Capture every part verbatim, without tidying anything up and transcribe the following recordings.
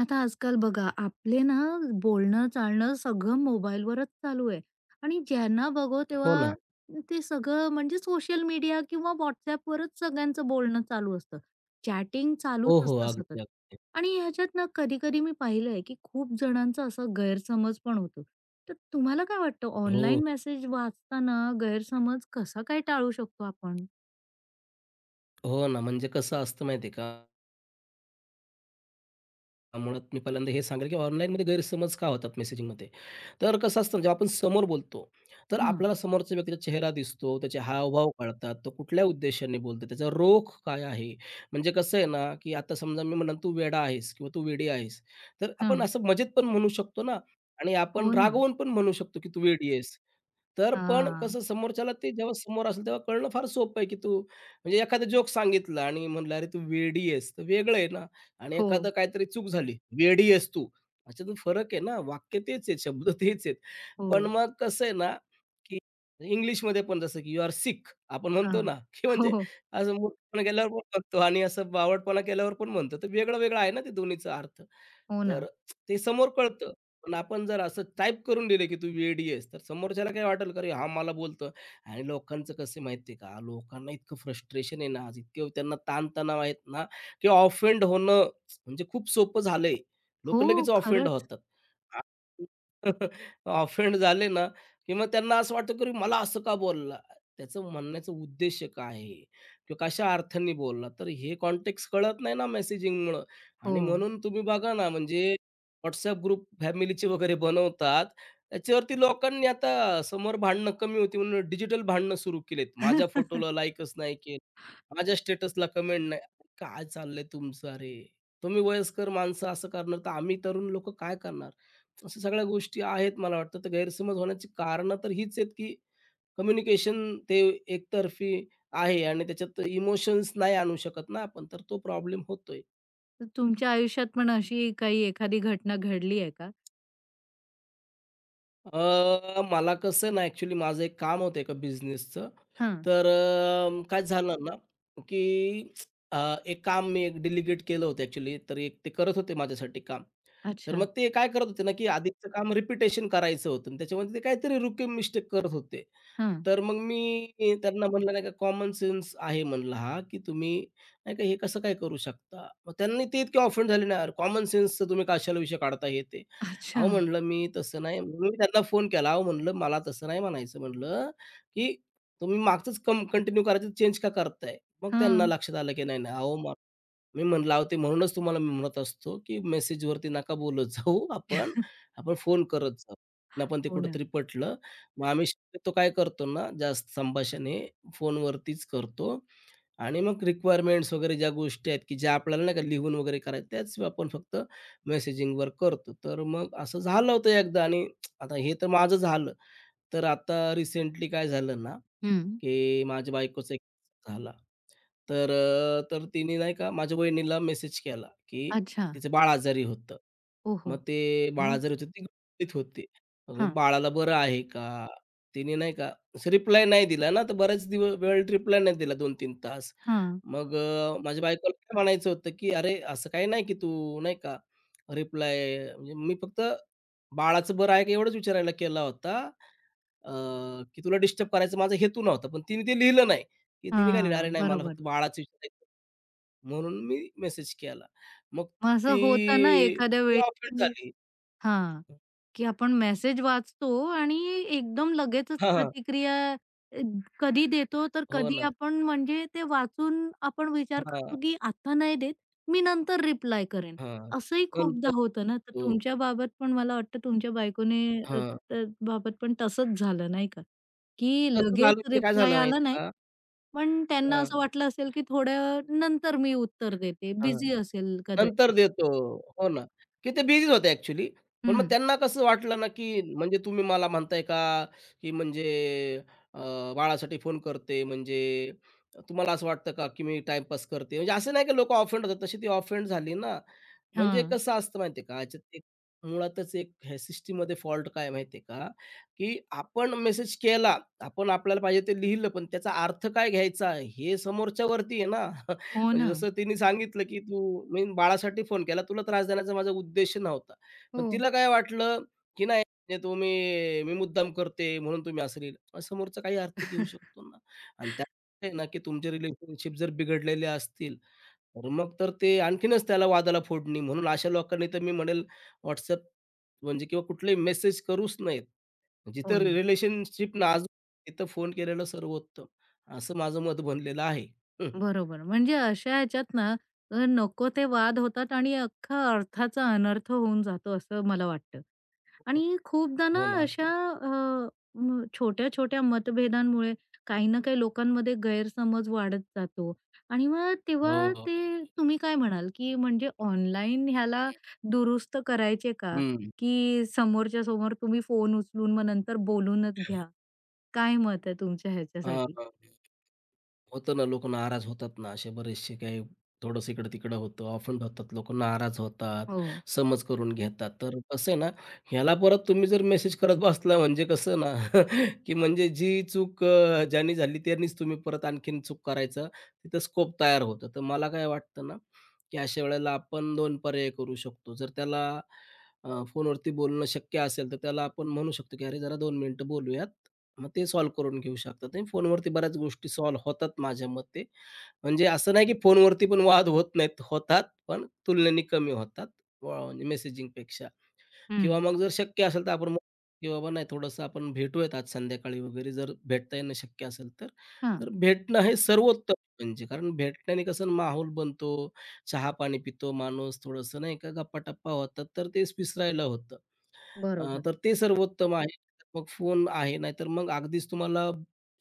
आता आजकाल बघा, आपले ना बोलणं, चालणं सगळं मोबाईलवरच चालू आहे आणि ज्यांना बघो हो तेव्हा ना. ते सगळं म्हणजे सोशल मीडिया किंवा WhatsAppवरच सगळ्यांचं बोलणं चालू असतं. चॅटिंग चालूच हो, हो. असतं सतत अगदी, अगदी. आणि ह्याच्यात ना कधी-कधी मी पाहिलं की खूप जणांचा असा गैरसमज पण होतो. तर तुम्हाला काय वाटतं हो, ऑनलाईन मेसेज वाचताना गैरसमज कसा काय टाळू शकतो आपण? हो ना. म्हणजे कसं असतं माहिती आहे का, मुळात मी पहिल्यांदा हे सांगेल, की ऑनलाईनमध्ये गैरसमज का होतात मेसेजिंगमध्ये? तर कसं असतं ना, जेव्हा आपण समोर बोलतो, तर हं, आपल्याला समोरच्या व्यक्तीचा चेहरा दिसतो, त्याचे हावभाव कळतात, तो कुठल्या उद्देशाने बोलतो, त्याचा रोख काय आहे? म्हणजे कसं आहे ना, की आता समजा मी म्हणेन, "तू वेडा आहेस" किंवा "तू वेडी आहेस." तर आपण हं. असं मजेत पण म्हणू शकतो ना आणि आपण हो ना. रागवून पण म्हणू शकतो, की "तू वेडी आहेस." तर पण हां. कसं समोरच्याला ते जेव्हा समोर असेल तेव्हा कळणं फार सोपं आहे, की तू म्हणजे एखादा जोक सांगितला आणि म्हणलं, "अरे तू वेडी आहेस." तर वेगळं आहे ना आणि हो, एखादं काहीतरी चूक झाली, "वेडी आहेस तू." याच्यातून फरक आहे ना, वाक्य तेच आहेत, शब्द तेच आहेत. पण हो. मग कसं आहे ना, की इंग्लिशमध्ये पण जसं की "यू आर सिक" आपण हां. म्हणतो ना, की हो, म्हणजे हो. असं मूर्खपणा केल्यावर पण म्हणतो आणि असं बावटपणा केल्यावर पण म्हणतो. तर वेगळं-वेगळं आहे ना ते दोन्हीचा अर्थ. हो तर ना. ते समोर कळतं. पण आपण जर असं टाइप करून दिलं, की तू वेडी आहेस, तर समोरच्याला काय वाटेल, का, "अरे, हा मला बोलतो." आणि लोकांचं कसं आहे माहिती का, लोकांना इतकं फ्रस्ट्रेशन आहे ना आज, इतकं त्यांना ताणतणाव आहेत ना, की ऑफेंड होणं म्हणजे खूप सोपं झालंय. लोक हो, लगेच ऑफेंड खरंच. होतात. ऑफेंड झाले ना, की मग त्यांना असं वाटतं, की "अरे, मला असं का बोलला? त्याचं म्हणण्याचा उद्देश काय आहे? किंवा कशा अर्थाने बोलला?" तर हे कॉन्टेक्स्ट कळत नाही ना मेसेजिंगमुळं हो. आणि म्हणून तुम्ही बघा ना, म्हणजे WhatsApp ग्रुप फॅमिलीचे वगैरे बनवतात. त्याच्यावरती लोकांनी आता समोर भांडणं कमी होती म्हणून डिजिटल भांडणं सुरू केलेत. माझ्या फोटोला लाईकच नाही केलं, माझ्या स्टेटसला कमेंट नाही. काय चाललंय तुमचं अरे? तुम्ही वयस्कर माणसं असं करणार, तर आम्ही तरुण लोकं काय करणार? अशा सगळ्या गोष्टी आहेत मला वाटतं. तर गैरसमज होण्याची कारणं तर हीच आहेत, की कम्युनिकेशन ते एकतर्फी आहे आणि त्याच्यात इमोशन्स नाही आणू शकत ना आपण, तर तो प्रॉब्लेम होतोय. तर तुमच्या आयुष्यात पण अशी काही एखादी घटना घडली आहे का? अ, मला कसं ना ॲक्चुअली माझं एक काम होतं एका बिझनेसचं. हां. तर अ, काय झालं ना, की अ, एक काम मी एक डेलिगेट केलं होतं ॲक्चुअली. तर एक ते करत होते माझ्यासाठी काम. तर अच्छा. मग ते काय करत होते ना, की आधीचं काम रिपिटेशन करायचं होतं आणि त्याच्यामध्ये ते काहीतरी रुकीम मिस्टेक करत होते. हां. तर मग मी त्यांना म्हणलं नाही का कॉमन सेन्स आहे म्हणलं हा, की तुम्ही नाही का हे कसं काय करू शकता? मग त्यांनी ते इतके ऑफेंड झाले ना, "अरे कॉमन सेन्सचं तुम्ही कशाला विषय काढता?" हे ते. अच्छा. अहो म्हटलं, "मी तसं नाही." मी त्यांना फोन केला. "अहो," म्हटलं, "मला तसं नाही म्हणायचं," म्हटलं, "की तुम्ही मागचंच कं कंटिन्यू करायचं चेंज का करताय?" मग त्यांना हां. लक्षात आलं, की नाही, नाही, "अहो, मी म्हण लावते म्हणूनच तुम्हाला मी म्हणत असतो, की मेसेजवरती नका बोलत जाऊ आपण. आपण फोन करत जाऊ. त्यांना पण ते हो ना. कुठेतरी पटलं. मग आम्ही शक्यतो काय करतो ना, जास्त संभाषण हे फोनवरतीच करतो आणि मग रिक्वायरमेंट्स वगैरे ज्या गोष्टी आहेत, की ज्या आपल्याला नाही का लिहून वगैरे करायच्या, त्याच आपण फक्त मेसेजिंगवर करतो. तर मग असं झालं होतं एकदा आणि आता हे तर माझं झालं. तर आता रिसेंटली काय झालं ना, हं. की माझ्या बायकोचं एक झालं. तर अ, तर तिने नाही का माझ्या वहिनीला मेसेज केला, की अच्छा. तिचं बाळ आजारी होतं. ओहो! मग ते बाळ मग? आजारी होतं, ती घरीच होती. मग मी, हां. बाळाला बरं आहे का? तिने नाही का रिप्लाय नाही दिला ना, तर बरेच दिवस वेळ रिप्लाय नाही दिला दोन-तीन तास. हां. मग अ, माझ्या बायकोला काय म्हणायचं होतं, की "अरे, असं काही नाही, की तू नाही का रिप्लाय" म्हणजे मी फक्त बाळाचं बरं आहे का एवढंच विचारायला केला होता. अ, की तुला डिस्टर्ब करायचा माझा हेतू नव्हता. पण तिने ते लिहिलं नाही, की तिने काय लिहिलं, "अरे हां. नाही, मला बरोबर. फक्त बाळाचं विचारायचं होतं." म्हणून मी मेसेज केला. मग मग असं ती होतं ना एखाद्या ती वेळी ऑफेंड की झाली. की आपण मेसेज वाचतो आणि एकदम लगेचच हां, हां. प्रतिक्रिया अ, कधी देतो तर हो कधी ना. आपण म्हणजे ते वाचून आपण विचार हां, करतो की आता नाही देत, मी नंतर रिप्लाय करेन. हां. असंही खूपदा नंतर होतं ना, तर हो. तुमच्या बाबत पण मला वाटतं तुमच्या बायकोने अ, हां. त बाबत पण तसंच झालं नाही का? की तसं झालं, लगेच तिथे काय रिप्लाय झालं आला माहिती नाही, का? पण त्यांना हां, असं वाटलं असेल की थोड्या नंतर मी उत्तर देते, हां. बिझी असेल नंतर कदाचित. देतो. हो ना. की ते बिझीच होते ॲक्चुअली. पण मग हं. त्यांना कसं वाटलं ना, की म्हणजे तुम्ही मला म्हणताय का, की म्हणजे अ, बाळासाठी फोन करते म्हणजे तुम्हाला असं वाटतं का, की मी टाईमपास करते? म्हणजे असं नाही की लोकं ऑफेंड होतात. तशी ती ऑफेंड झाली ना. म्हणजे हां. कसं असतं माहिती का, याच्यात एक मुळातच एक ह्या सिस्टममध्ये फॉल्ट काय आहे माहिती आहे का, की आपण मेसेज केला, आपण आपल्याला पाहिजे ते लिहिलं, पण त्याचा अर्थ काय घ्यायचा हे समोरच्यावरती आहे ना. हो म्हणजे ना. जसं तिने सांगितलं, की "तू मी बाळासाठी फोन केला. तुला त्रास देण्याचा माझा उद्देश नव्हता." पण तिला काय वाटलं, की नाही म्हणजे तुम्ही मी मुद्दाम करते म्हणून तुम्ही असं लिहिलं. मग समोरचा काही अर्थ घेऊ शकतो ना आणि त्यात आहे ना, की तुमचे रिलेशनशिप जर बिघडलेले असतील, तर मग तर ते आणखीनच त्याला वादाला फोडणी. म्हणून अशा लोकांनी तर मी म्हणेल WhatsApp म्हणजे किंवा कुठलेही मेसेज करूच नाहीत. हो जिथं ना. रिलेशनशिप नाजूक तिथं फोन केलेलं सर्वोत्तम, असं माझं मत बनलेलं आहे. बरोबर. म्हणजे अशा ह्याच्यात ना अ, नको ते वाद होतात आणि अख्खा अर्थाचा अनर्थ होऊन जातो असं मला वाटतं. आणि खूपदा ना हो ना, अशा अगदी. अ, म छोट्या-छोट्या मतभेदांमुळे काही ना काही लोकांमध्ये गैरसमज वाढत जातो आणि मग हो, तेव्हा हो. ते तुम्ही काय म्हणाल, की म्हणजे ऑनलाईन ह्याला हं. दुरुस्त करायचे का? हं. की समोरच्या समोर तुम्ही फोन उचलून मग नंतर बोलूनच घ्या? काय मत आहे तुमच्या हां, ह्याच्यासाठी? होतं ना, लोकं नाराज होतात ना, असे बरेचसे काही थोडंसं इकडं-तिकडं होतं, ऑफेंड होतात, लोक नाराज होतात, हो. समज करून घेतात. तर कसं आहे ना, ह्याला परत तुम्ही जर मेसेज करत बसला म्हणजे कसं ना, की म्हणजे जी चूक अ, ज्यानी झाली त्यांनीच तुम्ही परत आणखीन चूक करायचा तिथं स्कोप तयार होतो. तर मला काय वाटतं ना, की अशा वेळेला आपण दोन पर्याय करू शकतो. जर त्याला अ, फोनवरती बोलणं शक्य असेल, तर त्याला आपण म्हणू शकतो, की "अरे, जरा दोन मिनिटं बोलूयात." मग ते सॉल्व्ह करून घेऊ शकतात आणि फोनवरती बऱ्याच गोष्टी सॉल्व्ह होतात माझ्या मते. म्हणजे असं नाही, की फोनवरती पण वाद होत नाहीत. होतात, पण तुलनेने कमी होतात व म्हणजे मेसेजिंगपेक्षा किंवा हं. मग जर शक्य असेल, तर आपण म्हणू की "बाबा नाही, थोडंसं आपण भेटूयात आज संध्याकाळी वगैरे." जर भेटता येणं शक्य असेल तर. हां. तर भेटणं हे सर्वोत्तम म्हणजे कारण भेटण्याने कसं माहोल बनतो, चहा-पाणी पितो माणूस, थोडंसं नाही का गप्पा-टप्पा होतात, तर तेच विसरायला होतं. अ, बरोबर. तर ते सर्वोत्तम आहे. मग फोन आहे, नाहीतर मग अगदीच तुम्हाला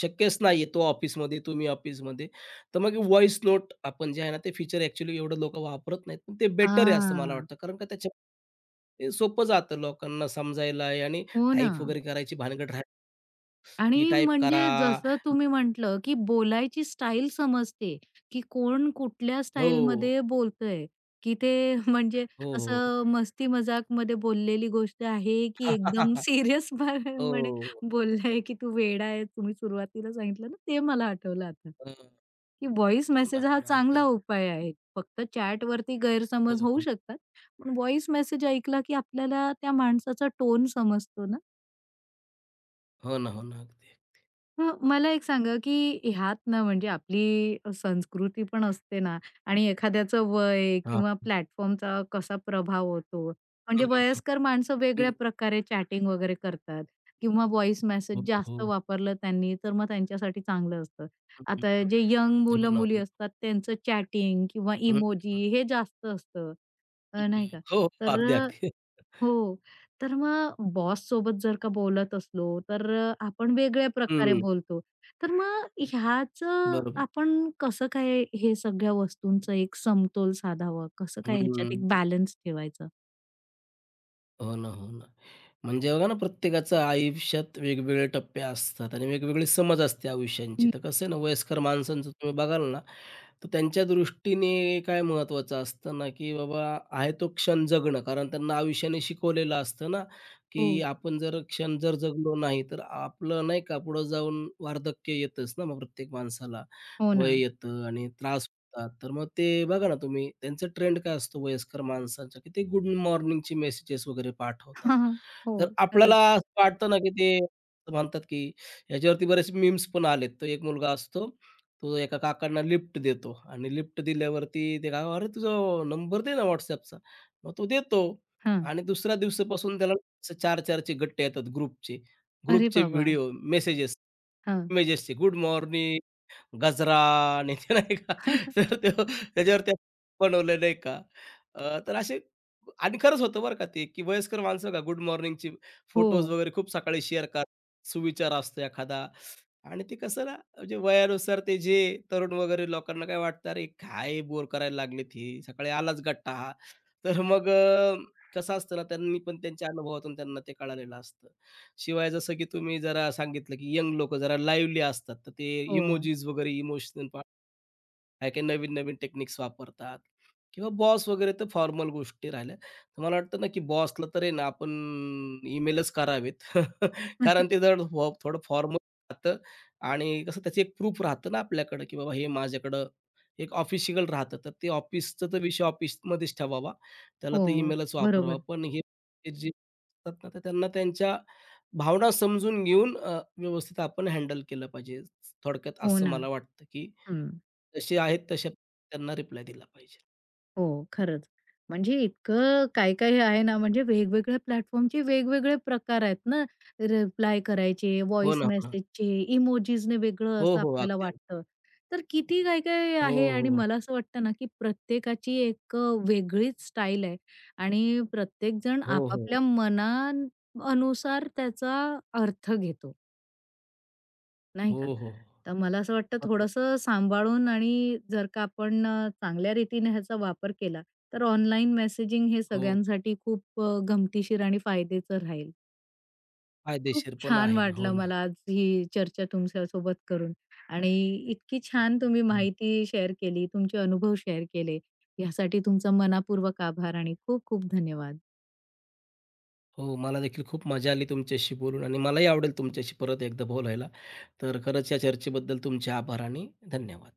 शक्यच नाहीये तो ऑफिसमध्ये, तुम्ही ऑफिसमध्ये. तर मग व्हॉईस नोट आपण जे आहे ना, ते फीचर ॲक्चुअली एवढं लोकं वापरत नाहीत. पण ते बेटर आहे असं मला हां. वाटतं. कारण का त्याच्या ते सोपं जातं लोकांना समजायला आहे, आणि हो ना. टाइप वगैरे करायची भानगड राहते, की आणि टाइप करा. म्हणजे जसं तुम्ही म्हटलं, की बोलायची स्टाईल समजते, की कोण कुठल्या हो, स्टाईलमध्ये बोलतंय, की ते म्हणजे हो, हो. असं मस्ती-मजाकमध्ये बोललेली गोष्ट आहे, की एकदम सीरियस म्हणे हो. बोललंय, की तू वेडा आहे. तुम्ही सुरुवातीला सांगितलं ना, ते मला आठवलं आता, अ, की व्हॉईस हो ना, मेसेज हो हा ना. अगदी, चांगला अगदी. उपाय आहे. फक्त चॅटवरती गैरसमज हो, होऊ हो. शकतात. पण व्हॉईस मेसेज ऐकला, की आपल्याला त्या माणसाचा टोन समजतो ना. हो ना, हो ना. अगदी. मग मला एक सांगा, की ह्यात ना म्हणजे आपली संस्कृती पण असते ना आणि एखाद्याचं वय हां. किंवा प्लॅटफॉर्मचा कसा प्रभाव होतो. हं, म्हणजे हं, हं. वयस्कर माणसं वेगळ्या प्रकारे चॅटिंग वगैरे करतात किंवा व्हॉईस हो, मेसेज जास्त हो. वापरलं त्यांनी, तर मग त्यांच्यासाठी चांगलं असतं. हं, आता जे यंग हं, हो ना. मुलं-मुली असतात त्यांचं चॅटिंग किंवा हं, हं, इमोजी हे जास्त असतं. अ, नाही हं. का. हो, हो. तर अगदी, अ, अगदी. हो. तर मग बॉससोबत जर का बोलत असलो, तर अ, आपण वेगळ्या प्रकारे हं. बोलतो. तर मग ह्याचं बरोबर. आपण कसं काय हे सगळ्या वस्तूंचं एक समतोल साधावा? कसं काय ह्याच्यात हं. एक बॅलन्स ठेवायचं? हो ना, हो ना. म्हणजे बघा ना, प्रत्येकाचं आयुष्यात वेगवेगळे टप्पे असतात आणि वेगवेगळी समज असते आयुष्यांची. हं. तर कसं आहे ना, वयस्कर माणसांचं तुम्ही बघाल ना, तर त्यांच्या दृष्टीने काय महत्त्वाचं असतं ना, की बाबा आहे तो क्षण जगणं. कारण त्यांना आयुष्याने शिकवलेलं असतं ना, की हो. आपण जर क्षण जर जगलो नाही, तर आपलं नाही का पुढं जाऊन वार्धक्य येतंच ना मग प्रत्येक माणसाला. हो वय ना. येतं आणि त्रास हां, तर मग ते बघा ना तुम्ही त्यांचा ट्रेंड काय असतो वयस्कर माणसांचा, की ते गुड मॉर्निंगचे मेसेजेस वगैरे पाठवतात. हो, तर आपल्याला खरंच. असं वाटतं ना, की ते म्हणतात, की ह्याच्यावरती बरेच मीम्स पण आलेत. तो एक मुलगा असतो, तो एका काकांना लिफ्ट देतो आणि लिफ्ट दिल्यावरती ते काका, "अरे, तुझा नंबर दे ना WhatsAppचा." मग तो देतो हां. आणि दुसऱ्या दिवसापासून त्याला असं चार-4चे गट्टे येतात ग्रुपचे. अरे ग्रुपचे बाबा! व्हिडिओ, मेसेजेस, हां. इमेजेसचे, गुड मॉर्निंग गजरा आणि ते नाही का तर तो त्याच्यावर ते बनवलं नाही का. अ, तर असे आणि खरंच होतं बरं का ते, की वयस्कर माणसं बघा गुड मॉर्निंगचे हो, फोटोज वगैरे खूप सकाळी शेअर करतात. सुविचार असतो एखादा आणि ते कसं ना म्हणजे वयानुसार ते जे तरुण वगैरे लोकांना काय वाटतं, "अरे काय बोर करायला लागलेत ही, सकाळी आलाच गट्टा हा." तर मग अ, कसं असतं ना त्यांनी पण त्यांच्या अनुभवातून त्यांना ते कळालेलं असतं. शिवाय जसं की तुम्ही जरा सांगितलं, की यंग लोकं जरा लाईव्हली असतात, तर ते हो. इमोजीस वगैरे इमोशनल काही-काही नवीन-नवीन टेक्निक्स वापरतात किंवा बॉस वगैरे तर फॉर्मल गोष्टी राहिल्या. तर मला वाटतं ना, की बॉसला तर आहे ना आपण ईमेलच करावेत. कारण ते जर थो थोडं फॉर्मल राहतं आणि कसं त्याचं एक प्रूफ राहतं ना आपल्याकडं, की बाबा हे माझ्याकडं एक ऑफिशियल राहतं. तर ते ऑफिसचा तर विषय ऑफिसमध्येच ठेवावा. त्याला तर हो, ईमेलच वापरावा. बरोबर. पण हे हे जे असतात ना, तर त्यांना त्यांच्या भावना समजून घेऊन अ, व्यवस्थित आपण हँडल केलं पाहिजे. थोडक्यात हो असं ना. मला वाटतं, की हं. जसे आहेत तसे त्यांना रिप्लाय दिला पाहिजे. हो, खरंच. म्हणजे इतकं काही-काही आहे ना, म्हणजे वेगवेगळ्या प्लॅटफॉर्मचे वेगवेगळे प्रकार आहेत ना, रिप्लाय करायचे, हो व्हॉईस ना, हो ना. मेसेजचे, इमोजीसने वेगळं हो, असं हो. आपल्याला अगदी, अगदी. वाटतं. तर किती काय-काय हो, आहे आणि हो. मला असं वाटतं ना, की प्रत्येकाची एक वेगळीच स्टाईल आहे आणि प्रत्येकजण हो, हो. आपापल्या मना अनुसार त्याचा अर्थ घेतो. नाही का? हो, हो. तर मला असं वाटतं बरोबर. थोडंसं सांभाळून आणि जर का आपण अ, चांगल्या रीतीने ह्याचा वापर केला, तर ऑनलाईन मेसेजिंग हे हो, सगळ्यांसाठी खूप अ, गमतीशीर आणि फायद्याचं राहील. खूप फायदेशीर पण छान आहे ना. हो वाटलं ना. मला आज ही चर्चा तुमच्यासोबत करून आणि इतकी छान तुम्ही हं. माहिती शेअर केली, तुमचे अनुभव शेअर केले. यासाठी तुमचा मनःपूर्वक आभार आणि खूप खूप धन्यवाद. हो, मला देखील खूप मजा आली तुमच्याशी बोलून आणि मलाही आवडेल तुमच्याशी परत एकदा बोलायला. तर खरंच या चर्चेबद्दल तुमचे आभार आणि धन्यवाद.